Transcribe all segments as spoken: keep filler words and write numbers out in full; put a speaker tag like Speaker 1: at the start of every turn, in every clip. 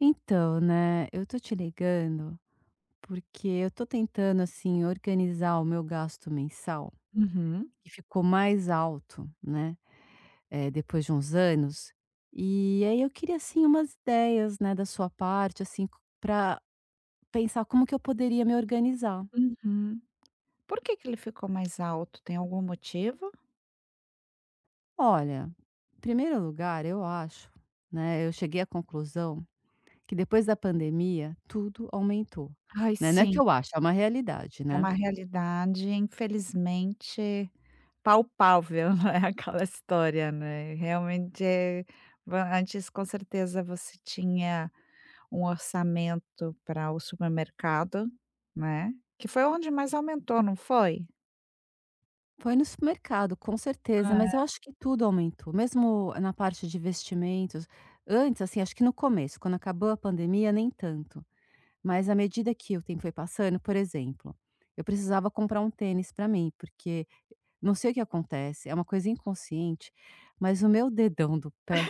Speaker 1: Então, né, eu tô te ligando porque eu tô tentando, assim, organizar o meu gasto mensal,
Speaker 2: Uhum,
Speaker 1: que ficou mais alto, né, eh, depois de uns anos. E aí eu queria, assim, umas ideias, né, da sua parte, assim, para pensar como que eu poderia me organizar.
Speaker 2: uhum. Por que que ele ficou mais alto? Tem algum motivo?
Speaker 1: Olha, em primeiro lugar, eu acho, né, eu cheguei à conclusão que depois da pandemia tudo aumentou,
Speaker 2: Ai,
Speaker 1: né? Não é que
Speaker 2: sim,
Speaker 1: eu acho, é uma realidade,
Speaker 2: é
Speaker 1: né?
Speaker 2: uma realidade, infelizmente, palpável, não é aquela história, né, realmente, eh, va antes, com certeza, você tinha um orçamento para o supermercado, né, que foi onde mais aumentou, não foi?
Speaker 1: Foi no supermercado, com certeza,
Speaker 2: É.
Speaker 1: mas eu acho que tudo aumentou, mesmo na parte de vestimentos. Antes, assim, acho que no começo, quando acabou a pandemia, nem tanto. Mas à medida que o tempo foi passando, por exemplo, eu precisava comprar um tênis para mim, porque não sei o que acontece, é uma coisa inconsciente, mas o meu dedão do pé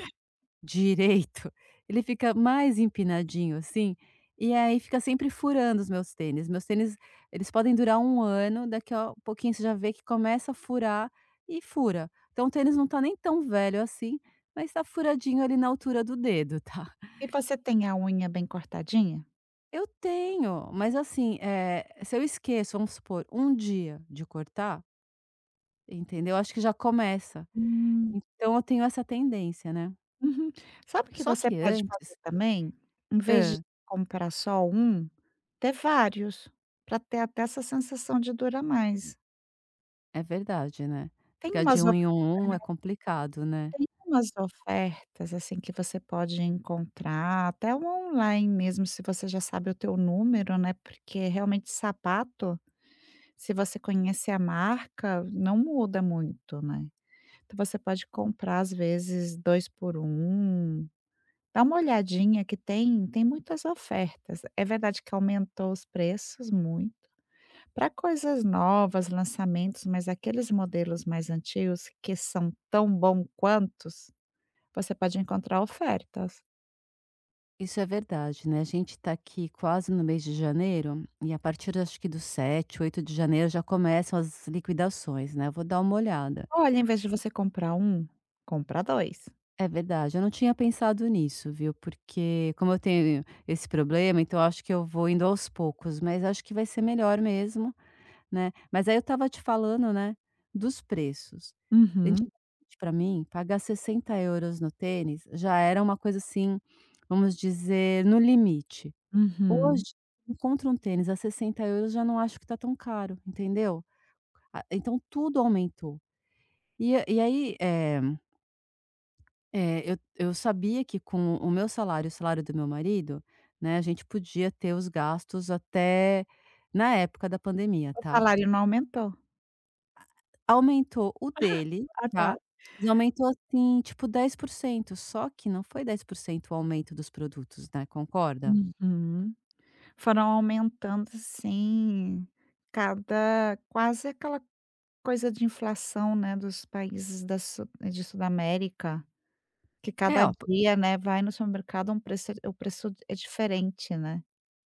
Speaker 1: direito, ele fica mais empinadinho, assim, e aí fica sempre furando os meus tênis. Meus tênis, eles podem durar um ano, daqui a pouquinho você já vê que começa a furar e fura. Então o tênis não tá nem tão velho assim, mas tá furadinho ali na altura do dedo, tá.
Speaker 2: E você tem a unha bem cortadinha?
Speaker 1: Eu tenho, mas assim, eh, se eu esqueço, vamos supor, um dia de cortar, entendeu, acho que já começa.
Speaker 2: Hum.
Speaker 1: Então eu tenho essa tendência, né.
Speaker 2: Uhum. Sabe o que
Speaker 1: Só
Speaker 2: você
Speaker 1: que
Speaker 2: pode
Speaker 1: antes.
Speaker 2: fazer também? Em vez de comprar só um, ter vários, para ter até essa sensação de durar mais.
Speaker 1: É verdade, né.
Speaker 2: Tem
Speaker 1: Ficar de
Speaker 2: umas
Speaker 1: um
Speaker 2: of
Speaker 1: em um um é complicado, né.
Speaker 2: tem umas ofertas, assim, que você pode encontrar, até o online mesmo, se você já sabe o teu número, né, porque realmente sapato, se você conhece a marca, não muda muito, né. Então você pode comprar, às vezes, dois por um. Dá uma olhadinha que tem tem muitas ofertas. É verdade que aumentou os preços muito. Para coisas novas, lançamentos, mas aqueles modelos mais antigos que são tão bom quantos, você pode encontrar ofertas.
Speaker 1: Isso é verdade, né. A gente tá aqui quase no mês de janeiro, e a partir acho que do sete, oito de janeiro já começam as liquidações, né. Eu vou dar uma olhada.
Speaker 2: Olha, em vez de você comprar um, compra dois.
Speaker 1: É verdade, eu não tinha pensado nisso, viu, porque como eu tenho esse problema, então eu acho que eu vou indo aos poucos, mas acho que vai ser melhor mesmo. Né, mas aí eu estava te falando, né, dos preços.
Speaker 2: Uhum,
Speaker 1: Antigamente pra mim, pagar sessenta euros no tênis já era uma coisa assim, vamos dizer, no limite.
Speaker 2: uhum.
Speaker 1: Hoje, encontro um tênis a sessenta euros, já não acho que tá tão caro, entendeu? A então tudo aumentou. E a e aí, eh eh, eu eu sabia que com o meu salário e o salário do meu marido, né, a gente podia ter os gastos até na época da pandemia,
Speaker 2: O
Speaker 1: tá?
Speaker 2: salário não aumentou?
Speaker 1: Aumentou o dele,
Speaker 2: Ah,
Speaker 1: tá,
Speaker 2: tá.
Speaker 1: mas aumentou, assim, tipo dez por cento. Só que não foi dez por cento o aumento dos produtos, né, concorda?
Speaker 2: Uhum. Foram aumentando, assim, cada quase aquela Coisa de inflação, né, dos países da Su de Sudamérica, que
Speaker 1: É,
Speaker 2: cada
Speaker 1: ó, po
Speaker 2: dia, né, vai no supermercado um preço o preço é diferente, né.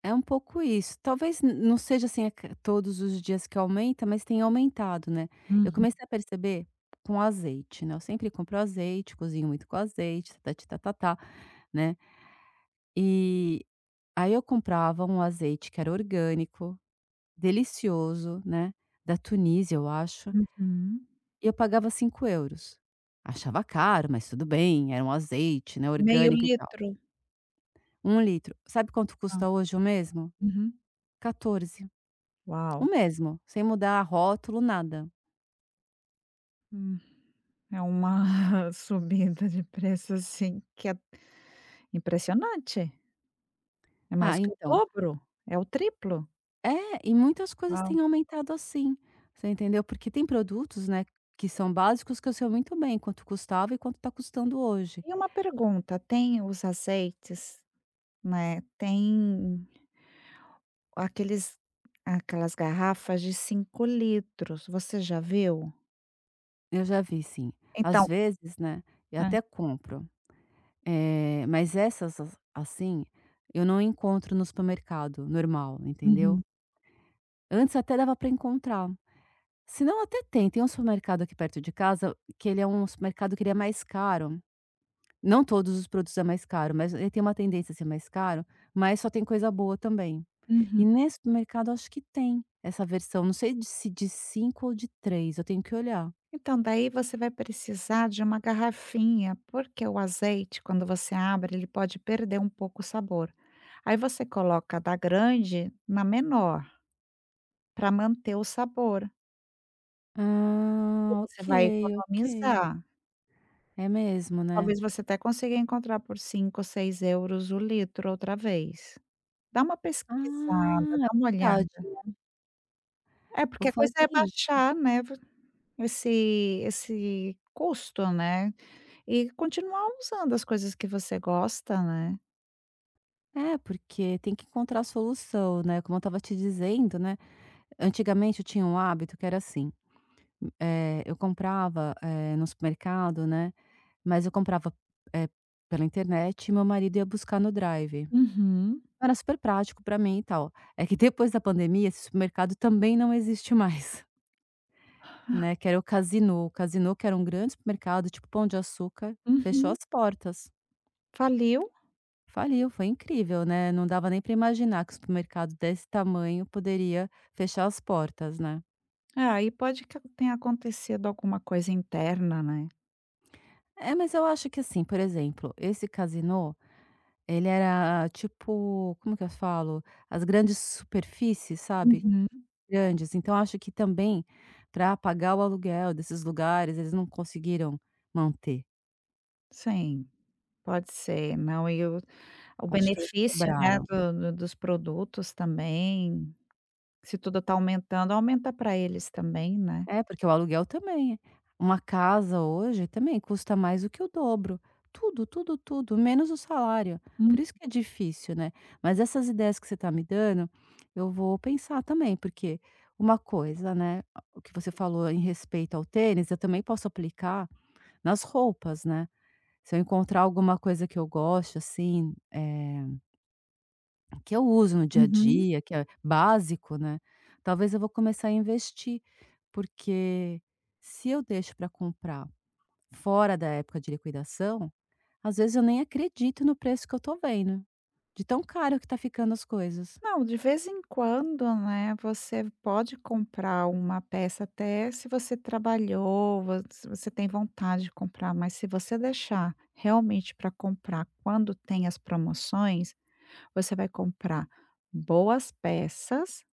Speaker 1: é um pouco isso. Talvez n não seja, assim, a ca todos os dias que aumenta, mas tem aumentado, né. Eu
Speaker 2: Uhum,
Speaker 1: comecei a perceber com azeite, né, eu sempre compro azeite, cozinho muito com azeite, "tati tá-tá-tá", né. E aí eu comprava um azeite que era orgânico, delicioso, né, da Tunísia, eu acho.
Speaker 2: uhum.
Speaker 1: e Eu pagava cinco euros. Achava caro, mas tudo bem, era um azeite, né,
Speaker 2: Meio
Speaker 1: orgânico e tal.
Speaker 2: litro?
Speaker 1: Um litro. Sabe quanto
Speaker 2: Hã.
Speaker 1: custa hoje o mesmo?
Speaker 2: Uhum.
Speaker 1: catorze.
Speaker 2: Uau!
Speaker 1: O mesmo, sem mudar rótulo, nada.
Speaker 2: Hum, é uma subida de preço, assim, que é impressionante. É
Speaker 1: Ah,
Speaker 2: mais que o
Speaker 1: então
Speaker 2: dobro, é o triplo.
Speaker 1: é, e muitas coisas
Speaker 2: Uau!
Speaker 1: têm aumentado assim, você entendeu? Porque tem produtos, né, que são básicos que eu sei muito bem quanto custava e quanto está custando hoje.
Speaker 2: E uma pergunta, tem os azeites, né, tem Aqueles aquelas garrafas de cinco litros, você já viu?
Speaker 1: Eu já vi sim. Às
Speaker 2: Então
Speaker 1: vezes, né, eu
Speaker 2: hã,
Speaker 1: até compro. Eh, mas essas as assim, eu não encontro no supermercado normal, entendeu.
Speaker 2: uhum,
Speaker 1: Antes até dava para encontrar, se não até tem, tem um supermercado aqui perto de casa que ele é um supermercado que ele é mais caro, não todos os produtos é mais caro, mas ele tem uma tendência a ser mais caro, mas só tem coisa boa também. E
Speaker 2: uhum.
Speaker 1: nesse supermercado acho que tem essa versão, não sei de se de cinco ou de três. Eu tenho que olhar.
Speaker 2: Então daí você vai precisar de uma garrafinha, porque o azeite quando você abre ele pode perder um pouco o sabor. Aí você coloca da grande na menor, para manter o sabor, e
Speaker 1: Ah, ok,
Speaker 2: você vai
Speaker 1: ok.
Speaker 2: economizar.
Speaker 1: É mesmo, né.
Speaker 2: Talvez você até consiga encontrar por cinco ou seis euros € o litro outra vez. Dá uma pesquisada,
Speaker 1: Ah, é
Speaker 2: dá uma
Speaker 1: verdade.
Speaker 2: olhada. É,
Speaker 1: Vou
Speaker 2: porque a coisa
Speaker 1: fazer
Speaker 2: é
Speaker 1: isso.
Speaker 2: baixar, né, v esse esse custo, né, e continuar usando as coisas que você gosta, né.
Speaker 1: É, porque tem que encontrar a solução, né, como eu estava te dizendo, né, antigamente eu tinha um hábito que era assim, eh, eu comprava, eh, no supermercado, né, mas eu comprava, eh, pela internet e meu marido ia buscar no drive.
Speaker 2: Uhum,
Speaker 1: Era super prático para mim e tal. É que depois da pandemia esse supermercado também não existe mais, né, que era o Casino. O Casino que era um grande supermercado, tipo Pão de Açúcar, fechou
Speaker 2: uhum.
Speaker 1: as portas.
Speaker 2: Faliu?
Speaker 1: Faliu, foi incrível, né, não dava nem para imaginar que o supermercado desse tamanho poderia fechar as portas, né.
Speaker 2: Ah, Aí pode que tenha acontecido alguma coisa interna, né.
Speaker 1: É, mas eu acho que assim, por exemplo, esse Casino, ele era tipo, como que eu falo? As grandes superfícies, sabe,
Speaker 2: Uhum.
Speaker 1: grandes, então acho que também para pagar o aluguel desses lugares, eles não conseguiram manter,
Speaker 2: Sim, pode ser. Não, e o o
Speaker 1: acho que eles
Speaker 2: benefício, né,
Speaker 1: quebraram.
Speaker 2: do do dos produtos também, se tudo está aumentando, aumenta para eles também, né.
Speaker 1: É, porque o aluguel também é. Uma casa hoje também custa mais do que o dobro. Tudo, tudo, tudo, menos o salário.
Speaker 2: Hum,
Speaker 1: Por isso que é difícil, né. Mas essas ideias que você está me dando, eu vou pensar também, porque uma coisa, né, o que você falou em respeito ao tênis, eu também posso aplicar nas roupas, né. Se eu encontrar alguma coisa que eu gosto, assim, eh que eu uso no dia a
Speaker 2: uhum.
Speaker 1: dia, que é básico, né, talvez eu vou começar a investir, porque se eu deixo para comprar fora da época de liquidação, às vezes eu nem acredito no preço que eu tô vendo, de tão caro que tá ficando as coisas.
Speaker 2: Não, de vez em quando, né, você pode comprar uma peça até se você trabalhou, vo se você tem vontade de comprar, mas se você deixar realmente para comprar quando tem as promoções, você vai comprar boas peças,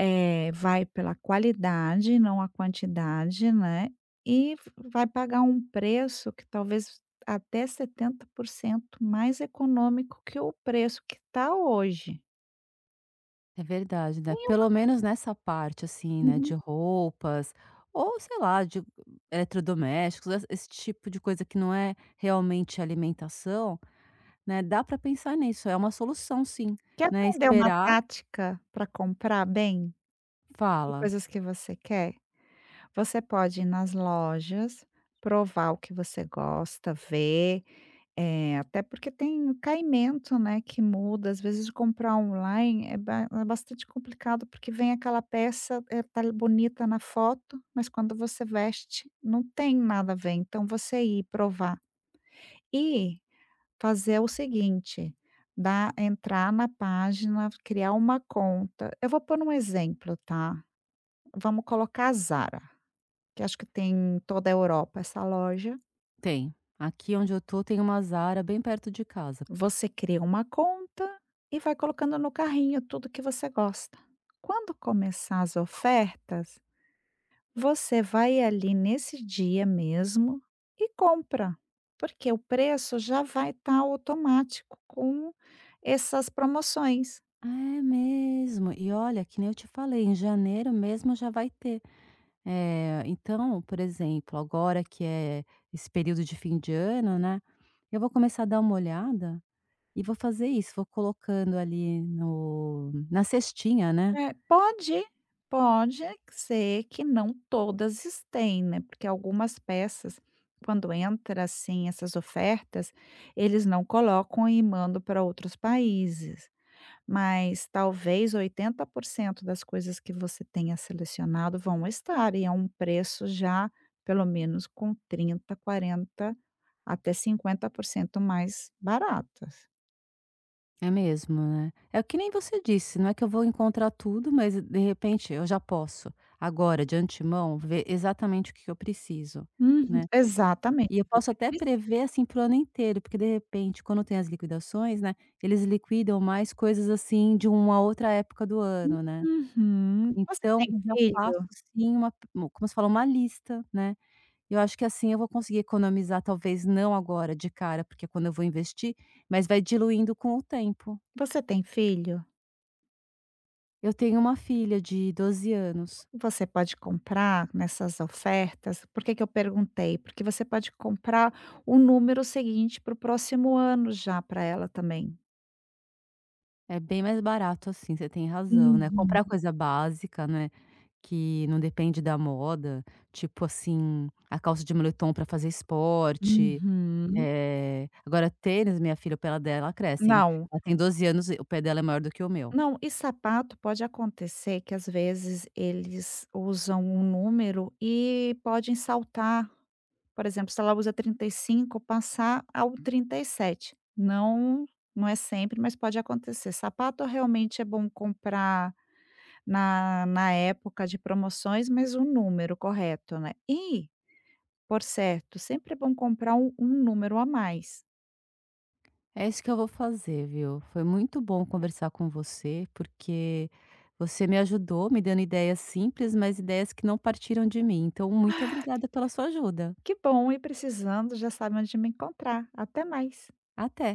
Speaker 2: eh, vai pela qualidade, não a quantidade, né, e v vai pagar um preço que talvez até setenta por cento mais econômico que o preço que tá hoje.
Speaker 1: É verdade, né,
Speaker 2: Tem
Speaker 1: pelo menos nessa parte, assim, né, de
Speaker 2: um
Speaker 1: roupas ou sei lá, de eletrodomésticos, esse esse tipo de coisa que não é realmente alimentação, né, dá para pensar nisso, é uma solução sim,
Speaker 2: Quer
Speaker 1: né,
Speaker 2: aprender uma
Speaker 1: esperar.
Speaker 2: prática para comprar bem e
Speaker 1: Fala.
Speaker 2: coisas que você quer? Você pode ir nas lojas, provar o que você gosta, ver, eh, até porque tem o caimento, né, que muda. Às vezes de comprar online é ba é bastante complicado, porque vem aquela peça, é tá bonita na foto, mas quando você veste, não tem nada a ver. Então você ir provar. E Fazer o seguinte, dar entrar na página, criar uma conta. Eu vou pôr um exemplo, tá. Vamos colocar a Zara, que acho que tem em toda a Europa essa loja.
Speaker 1: Tem. Aqui onde eu tô tem uma Zara bem perto de casa.
Speaker 2: Você cria uma conta e vai colocando no carrinho tudo que você gosta. Quando começar as ofertas, você vai ali nesse dia mesmo e compra, porque o preço já vai estar automático com essas promoções.
Speaker 1: É mesmo. E olha, que nem eu te falei, em janeiro mesmo já vai ter. Eh, então, por exemplo, agora que é esse período de fim de ano, né, eu vou começar a dar uma olhada e vou fazer isso, vou colocando ali no na cestinha, né.
Speaker 2: É, pode pode ser que não todas estejam né, porque algumas peças, quando entra, assim, essas ofertas, eles não colocam e mandam para outros países, mas talvez oitenta por cento das coisas que você tenha selecionado vão estar e é um preço já pelo menos com trinta quarenta até cinquenta por cento mais baratas.
Speaker 1: É mesmo, né. É que nem você disse, não é que eu vou encontrar tudo, mas de repente eu já posso, agora, de antemão, ver exatamente o que que eu preciso,
Speaker 2: Uhum,
Speaker 1: né.
Speaker 2: exatamente,
Speaker 1: E eu
Speaker 2: o
Speaker 1: posso
Speaker 2: que
Speaker 1: até
Speaker 2: precisa.
Speaker 1: prever, assim, pro ano inteiro, porque de repente, quando tem as liquidações, né, eles liquidam mais coisas, assim, de uma outra época do ano, né.
Speaker 2: Uhum. Você
Speaker 1: Então
Speaker 2: tem
Speaker 1: eu já faço,
Speaker 2: filho?
Speaker 1: assim, uma p como se fala, uma lista, né. Eu acho que assim eu vou conseguir economizar, talvez não agora de cara, porque é quando eu vou investir, mas vai diluindo com o tempo.
Speaker 2: Você tem filho?
Speaker 1: Eu tenho uma filha de doze anos.
Speaker 2: Você pode comprar nessas ofertas por que que eu perguntei? Porque você pode comprar o número seguinte para o próximo ano já para ela também.
Speaker 1: É bem mais barato, assim, você tem razão, né.
Speaker 2: Uhum.
Speaker 1: Comprar coisa básica, né, que não depende da moda, tipo assim, a calça de moletom pra fazer esporte,
Speaker 2: Uhum.
Speaker 1: eh, agora tênis, minha filha, o pé dela cresce, hein.
Speaker 2: Não,
Speaker 1: Ela tem doze anos e o pé dela é maior do que o meu.
Speaker 2: não, e sapato pode acontecer que às vezes eles usam um número e podem saltar, por exemplo, se ela usa trinta e cinco, passar ao trinta e sete. Não não é sempre, mas pode acontecer. Sapato realmente é bom comprar Na na época de promoções, mas o número correto, né. E, por certo, sempre é bom comprar um um número a mais.
Speaker 1: É isso que eu vou fazer, viu. Foi muito bom conversar com você, porque você me ajudou, me dando ideias simples, mas ideias que não partiram de mim. Então muito obrigada pela sua ajuda.
Speaker 2: Que bom, e precisando já sabe onde me encontrar. Até mais.
Speaker 1: Até.